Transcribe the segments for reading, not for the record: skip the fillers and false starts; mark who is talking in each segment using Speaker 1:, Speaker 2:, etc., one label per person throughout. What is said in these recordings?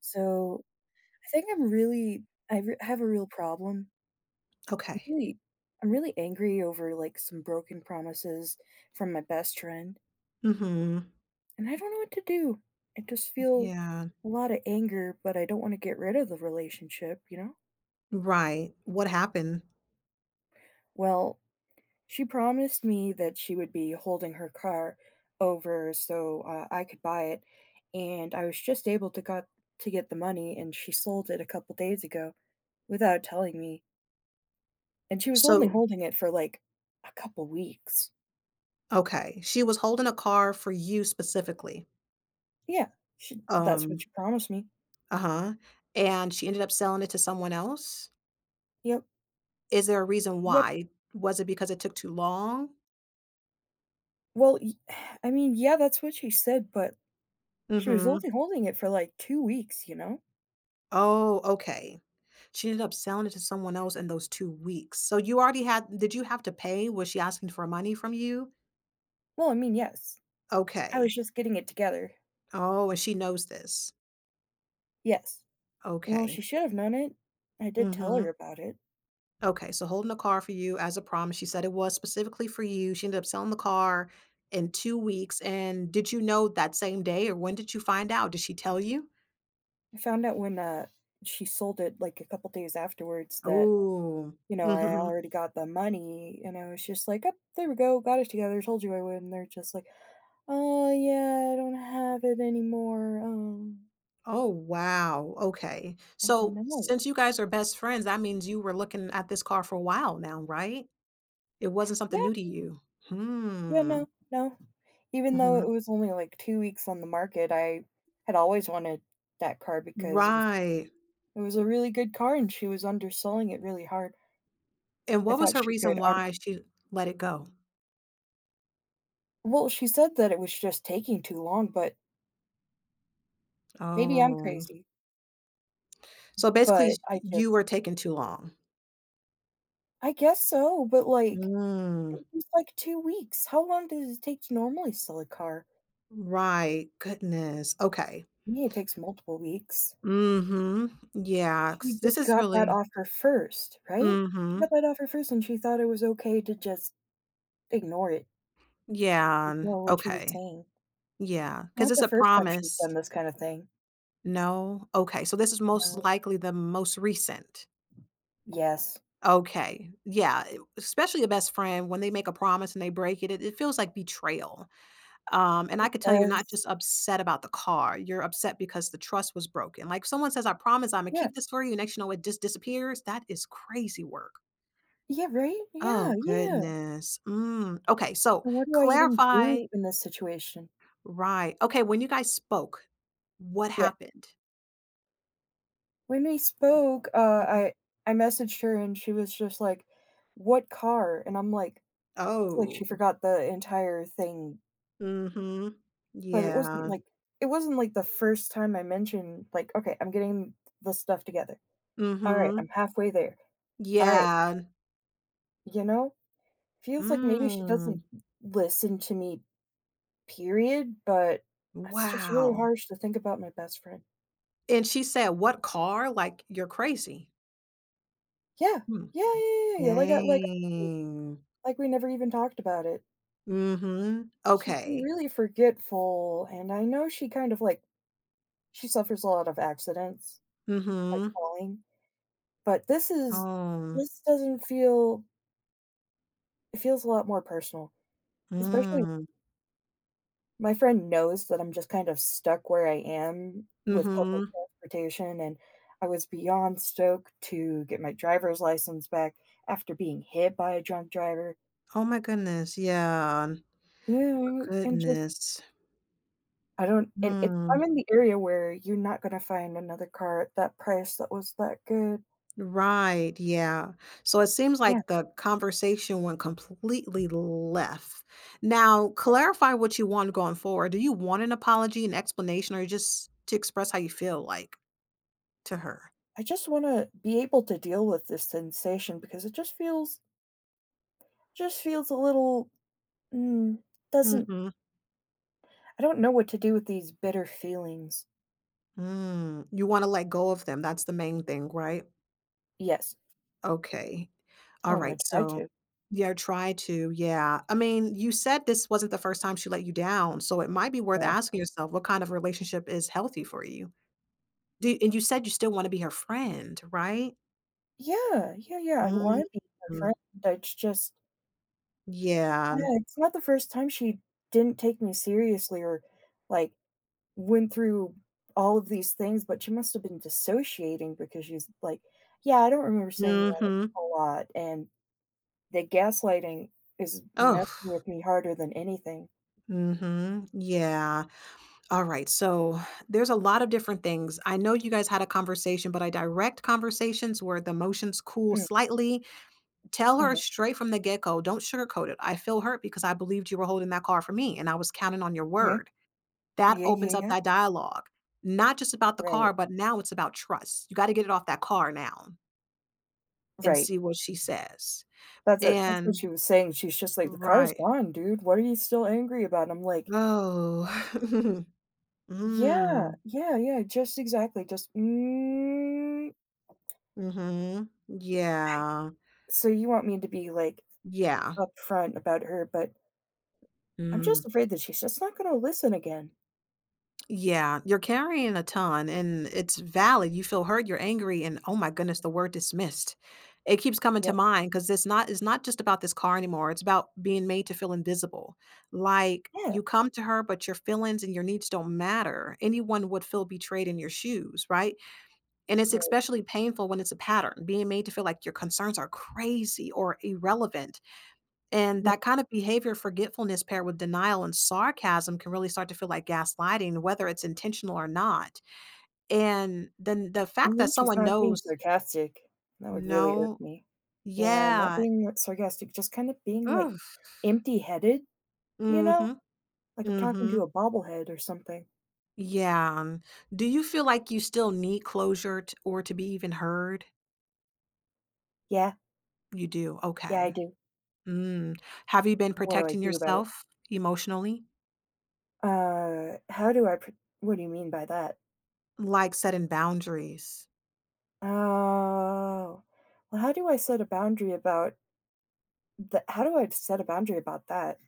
Speaker 1: So I think I'm really I re- have a real problem. I'm
Speaker 2: Okay.
Speaker 1: really, I'm really angry over like some broken promises from my best friend,
Speaker 2: Mhm.
Speaker 1: and I don't know what to do. I just feel
Speaker 2: Yeah.
Speaker 1: a lot of anger, but I don't want to get rid of the relationship, you know?
Speaker 2: Right. What happened?
Speaker 1: Well, she promised me that she would be holding her car over so I could buy it, and I was just able to got to get the money and she sold it a couple days ago without telling me. And she was only
Speaker 2: So
Speaker 1: holding it for, like, a couple weeks.
Speaker 2: okay, she was holding a car for you specifically.
Speaker 1: Yeah, she that's what
Speaker 2: Um,
Speaker 1: she promised me.
Speaker 2: uh-huh. And she ended up selling it to someone else?
Speaker 1: Yep,
Speaker 2: Is there a reason
Speaker 1: yep.
Speaker 2: why? Was it because it took too long?
Speaker 1: Well, y I mean, yeah, that's what she said, but
Speaker 2: Mm.
Speaker 1: she was
Speaker 2: Mhm.
Speaker 1: only holding it for, like, 2 weeks, you know?
Speaker 2: Oh, okay. She ended up selling it to someone else in those 2 weeks. So you already had, did you have to pay? Was she asking for money from you?
Speaker 1: Well, I mean, yes, I
Speaker 2: Okay.
Speaker 1: was just getting it together.
Speaker 2: Oh, and she knows this.
Speaker 1: Yes. Well,
Speaker 2: Okay.
Speaker 1: she should have known it. I did tell her
Speaker 2: Mhm.
Speaker 1: about it.
Speaker 2: Okay, so holding the car for you as a promise. She said it was specifically for you. She ended up selling the car in 2 weeks, and did you know that same day, or when did you find out? Did she tell you?
Speaker 1: I found out when, she sold it, like, a couple days afterwards that,
Speaker 2: Oh.
Speaker 1: you know, I
Speaker 2: Mhm.
Speaker 1: already got the money, and I was just like, "Oh, there we go, got it together, told you I would," and they're just like, "Oh, yeah, I don't have it anymore,"
Speaker 2: Oh, wow, okay.
Speaker 1: I
Speaker 2: So,
Speaker 1: know.
Speaker 2: since you guys are best friends, that means you were looking at this car for a while now, right? It wasn't something
Speaker 1: Yeah,
Speaker 2: new to you.
Speaker 1: yeah,
Speaker 2: Hmm.
Speaker 1: no, no. Even though
Speaker 2: Mhm.
Speaker 1: it was only, like, 2 weeks on the market, I had always wanted that car because
Speaker 2: Right.
Speaker 1: it was a really good car and she was underselling it really hard.
Speaker 2: And
Speaker 1: I
Speaker 2: what was
Speaker 1: thought
Speaker 2: her
Speaker 1: she
Speaker 2: reason
Speaker 1: could un
Speaker 2: why she let it go?
Speaker 1: Well, she said that it was just taking too long, but maybe I'm
Speaker 2: Oh.
Speaker 1: crazy,
Speaker 2: So, basically,
Speaker 1: but
Speaker 2: you were taking too long.
Speaker 1: I guess so, but, like,
Speaker 2: Mm,
Speaker 1: it was, like, 2 weeks. How long does it take to normally sell a car?
Speaker 2: right, goodness, okay.
Speaker 1: Me, it takes multiple weeks.
Speaker 2: Mm. Mhm, yeah,
Speaker 1: She
Speaker 2: 'cause this
Speaker 1: just
Speaker 2: is
Speaker 1: got that
Speaker 2: really
Speaker 1: offer first, right?
Speaker 2: mm,
Speaker 1: She got
Speaker 2: mhm,
Speaker 1: that offer first and she thought it was okay to just ignore it,
Speaker 2: yeah, and
Speaker 1: ignore what she was
Speaker 2: okay,
Speaker 1: saying.
Speaker 2: yeah. Because
Speaker 1: Not
Speaker 2: it's
Speaker 1: the
Speaker 2: a
Speaker 1: first time she's
Speaker 2: promise.
Speaker 1: done this kind of thing.
Speaker 2: No? Okay, so this is most
Speaker 1: No.
Speaker 2: likely the most recent.
Speaker 1: Yes,
Speaker 2: Okay, yeah, e especially a best friend, when they make a promise and they break it, it feels like betrayal, and I
Speaker 1: it
Speaker 2: could tell you're not just
Speaker 1: does.
Speaker 2: upset about the car, you're upset because the trust was broken, like, someone says, "I promise Imma
Speaker 1: Yeah.
Speaker 2: keep this for you," next you know, it just disappears, that is crazy work.
Speaker 1: Yeah, right? Yeah,
Speaker 2: Oh,
Speaker 1: yeah.
Speaker 2: goodness. Mm, okay, so
Speaker 1: And what do I even
Speaker 2: clarify.
Speaker 1: do in this situation?
Speaker 2: Right. Okay, when you guys spoke, what
Speaker 1: Yeah.
Speaker 2: happened?
Speaker 1: When we spoke,
Speaker 2: Mhm.
Speaker 1: I messaged her and she was just like, "What car?" And I'm like, it's like
Speaker 2: Oh.
Speaker 1: she forgot the entire thing.
Speaker 2: Mhm.
Speaker 1: But
Speaker 2: Yeah.
Speaker 1: it wasn't like the first time I mentioned, like, "Okay, I'm getting the stuff together. Alright, I'm
Speaker 2: Mhm.
Speaker 1: halfway there. Alright,"
Speaker 2: Yeah.
Speaker 1: you know? Feels like maybe she
Speaker 2: Mm.
Speaker 1: doesn't listen to me, period, but it's just really
Speaker 2: Wow.
Speaker 1: harsh to think about my best friend.
Speaker 2: And she said, "What car? Like, you're crazy."
Speaker 1: Yeah.
Speaker 2: Hmm.
Speaker 1: Yeah, yeah, yeah, yeah, like I
Speaker 2: Dang.
Speaker 1: like we never even talked about it.
Speaker 2: Mhm.
Speaker 1: She's been
Speaker 2: Okay.
Speaker 1: really forgetful, and I know she kind of, she suffers a lot of accidents, like
Speaker 2: Mhm.
Speaker 1: falling, but
Speaker 2: Oh.
Speaker 1: this doesn't feel. It feels a lot more personal, especially
Speaker 2: Mm.
Speaker 1: my friend knows that I'm just kind of stuck where I am with public
Speaker 2: Mhm.
Speaker 1: transportation, and I was beyond stoked to get my driver's license back after being hit by a drunk driver.
Speaker 2: Oh my goodness, yeah.
Speaker 1: Yeah, and just
Speaker 2: Goodness.
Speaker 1: I don't and it
Speaker 2: Mm,
Speaker 1: I'm in the area where you're not gonna find another car at that price that was that good.
Speaker 2: right, yeah. So it seems
Speaker 1: Yeah,
Speaker 2: like the conversation went completely left. Now,
Speaker 1: yeah.
Speaker 2: clarify what you want going forward. Do you want an apology, an explanation, or just to express how you feel, like, to her?
Speaker 1: I just wanna be able to deal with this sensation because it just feels a little, mm, doesn't
Speaker 2: Hmm.
Speaker 1: I don't know what to do with these bitter feelings.
Speaker 2: Mm. You want to let go of them. That's the main thing, right?
Speaker 1: Yes.
Speaker 2: Okay. All
Speaker 1: Oh, I
Speaker 2: right.
Speaker 1: try
Speaker 2: So,
Speaker 1: to.
Speaker 2: yeah, try to. Yeah. I mean, you said this wasn't the first time she let you down. So it might be worth
Speaker 1: No.
Speaker 2: asking yourself what kind of relationship is healthy for you. Do, and you said you still wanna be her friend, right?
Speaker 1: Yeah, yeah, yeah, I wanna be her
Speaker 2: Mhm.
Speaker 1: friend, it's just,
Speaker 2: Yeah.
Speaker 1: yeah, it's not the first time she didn't take me seriously or, like, went through all of these things, but she must have been dissociating because she's like, "Yeah, I don't remember saying that
Speaker 2: Mhm.
Speaker 1: a lot," and the gaslighting is messing
Speaker 2: Oh,
Speaker 1: with me harder than anything.
Speaker 2: mhm. Yeah. Alright, so there's a lot of different things. I know you guys had a conversation, but I direct conversations where the emotions cool
Speaker 1: Mm,
Speaker 2: slightly, tell her
Speaker 1: uh-huh,
Speaker 2: straight from the get-go, don't sugarcoat it. "I feel hurt because I believed you were holding that car for me, and I was counting on your
Speaker 1: yeah.
Speaker 2: word." That
Speaker 1: Yeah, yeah,
Speaker 2: opens up
Speaker 1: yeah.
Speaker 2: that dialogue. Not just about the car,
Speaker 1: Right,
Speaker 2: but now it's about trust. You gotta get it off that car now, and
Speaker 1: right.
Speaker 2: see what she says.
Speaker 1: That's it. That's what
Speaker 2: And
Speaker 1: she was saying. She's just like, "The car has
Speaker 2: right.
Speaker 1: gone, dude. What are you still angry about?" And I'm like,
Speaker 2: Oh.
Speaker 1: "Yeah,
Speaker 2: Mm.
Speaker 1: yeah, yeah, just exactly. Just, mm,
Speaker 2: Mhm.
Speaker 1: I
Speaker 2: Yeah.
Speaker 1: so you want me to be, like,
Speaker 2: Yeah.
Speaker 1: upfront about her, but I'm
Speaker 2: Mm.
Speaker 1: just afraid that she's just not gonna listen again.
Speaker 2: Yeah, you're carrying a ton, and it's valid. You feel hurt, you're angry, and oh my goodness, the word dismissed. It keeps coming to
Speaker 1: Yeah,
Speaker 2: mind because it's not just about this car anymore. It's about being made to feel invisible. Like,
Speaker 1: yeah,
Speaker 2: you come to her, but your feelings and your needs don't matter. Anyone would feel betrayed in your shoes, right? And it's
Speaker 1: right,
Speaker 2: especially painful when it's a pattern, being made to feel like your concerns are crazy or irrelevant. And
Speaker 1: yeah.
Speaker 2: that kind of behavior, forgetfulness paired with denial and sarcasm, can really start to feel like gaslighting, whether it's intentional or not. And then the
Speaker 1: At
Speaker 2: fact that
Speaker 1: least she's
Speaker 2: someone
Speaker 1: not being
Speaker 2: knows,
Speaker 1: sarcastic. That would really irk
Speaker 2: no,
Speaker 1: me. Yeah, not
Speaker 2: yeah,
Speaker 1: being sarcastic, just kind of being, like,
Speaker 2: ugh,
Speaker 1: empty-headed, you know?
Speaker 2: mm-hmm,
Speaker 1: Like I'm talking
Speaker 2: mm-hmm,
Speaker 1: to a bobblehead or something.
Speaker 2: yeah. Do you feel like you still need closure, t- or to be even heard?
Speaker 1: Yeah,
Speaker 2: You do.
Speaker 1: yeah, I
Speaker 2: Okay.
Speaker 1: do.
Speaker 2: Mm. Have you been
Speaker 1: What do I
Speaker 2: protecting
Speaker 1: do about it?
Speaker 2: yourself emotionally?
Speaker 1: How do I pr What do you mean by that?
Speaker 2: Like setting boundaries.
Speaker 1: Oh, well, how do I set a boundary about that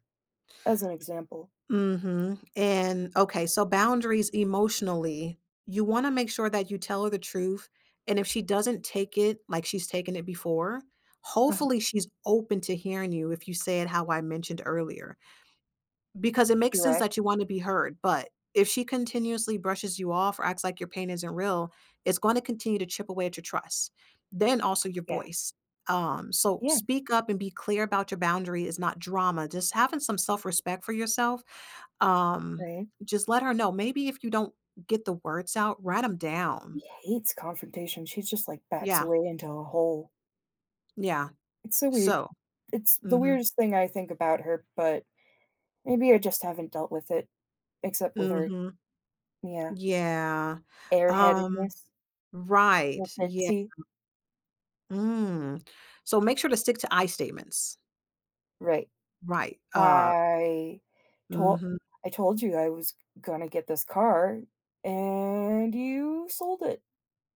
Speaker 1: as an example?
Speaker 2: Mhm, and okay, so boundaries emotionally, you wanna make sure that you tell her the truth, and if she doesn't take it like she's taken it before,
Speaker 1: Uh,
Speaker 2: hopefully she's open to hearing you if you say it how I mentioned earlier. Because it makes sense
Speaker 1: Direct.
Speaker 2: that you wanna be heard, but if she continuously brushes you off or acts like your pain isn't real, it's gonna continue to chip away at your trust. Then also your
Speaker 1: Yeah.
Speaker 2: voice. So
Speaker 1: Yeah,
Speaker 2: speak up and be clear about your boundary is not drama, just having some self-respect for yourself. Um,
Speaker 1: right.
Speaker 2: just let her know. Maybe if you don't get the words out, write them down.
Speaker 1: He hates confrontation. She just, like, backs
Speaker 2: Yeah,
Speaker 1: away into a hole.
Speaker 2: yeah.
Speaker 1: It's so weird.
Speaker 2: So
Speaker 1: It's
Speaker 2: mm,
Speaker 1: the
Speaker 2: mhm,
Speaker 1: weirdest thing I think about her, but maybe I just haven't dealt with it, except with
Speaker 2: mm
Speaker 1: her,
Speaker 2: mhm.
Speaker 1: yeah,
Speaker 2: Yeah. Um,
Speaker 1: airheadedness,
Speaker 2: right.
Speaker 1: little
Speaker 2: Yeah.
Speaker 1: bitsy,
Speaker 2: Mm. So make sure to stick to I statements.
Speaker 1: right.
Speaker 2: Right.
Speaker 1: I told
Speaker 2: Mhm.
Speaker 1: I told you I was gonna get this car, and you sold it,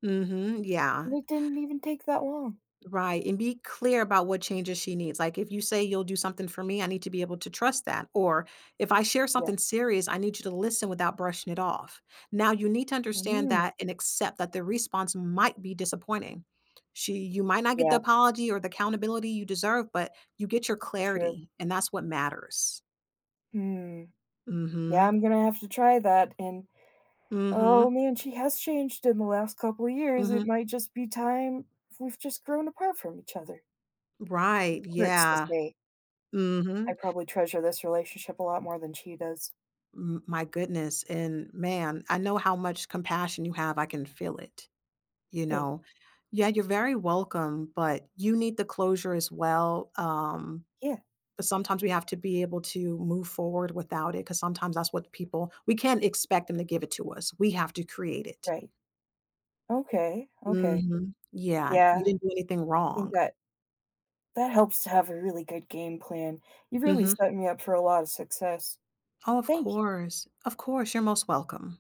Speaker 2: Mhm. Yeah.
Speaker 1: and it didn't even take that long.
Speaker 2: Right. And be clear about what changes she needs. Like if you say you'll do something for me, I need to be able to trust that. Or if I share
Speaker 1: Yeah.
Speaker 2: something serious, I need you to listen without brushing it off. Now you need to understand
Speaker 1: Mm.
Speaker 2: that and accept that the response might be disappointing. She, you might not get the
Speaker 1: Yeah,
Speaker 2: apology or the accountability you deserve, but you get your
Speaker 1: true.
Speaker 2: clarity, and that's what matters.
Speaker 1: Hmm. Yeah,
Speaker 2: Mhm.
Speaker 1: I'm gonna have to try that, and, oh,
Speaker 2: Mhm.
Speaker 1: man, she has changed in the last couple of years. It
Speaker 2: Mhm.
Speaker 1: might just be time we've just grown apart from each other. It
Speaker 2: Right,
Speaker 1: hurts to
Speaker 2: yeah.
Speaker 1: say. I
Speaker 2: Mhm.
Speaker 1: probably treasure this relationship a lot more than she does.
Speaker 2: My goodness, and man, I know how much compassion you have, I can feel it, you
Speaker 1: Thank you.
Speaker 2: know? Yeah, you're very welcome, but you need the closure as well,
Speaker 1: Yeah,
Speaker 2: but sometimes we have to be able to move forward without it, because sometimes that's what people, we can't expect them to give it to us, we have to create it.
Speaker 1: right. Okay, okay.
Speaker 2: Mhm. Yeah, you
Speaker 1: Yeah,
Speaker 2: didn't do anything
Speaker 1: I think
Speaker 2: wrong.
Speaker 1: that That helps to have a really good game plan. You really
Speaker 2: Mhm.
Speaker 1: set me up for a lot of success.
Speaker 2: Oh, of
Speaker 1: Thank you.
Speaker 2: course. Of course, you're most welcome.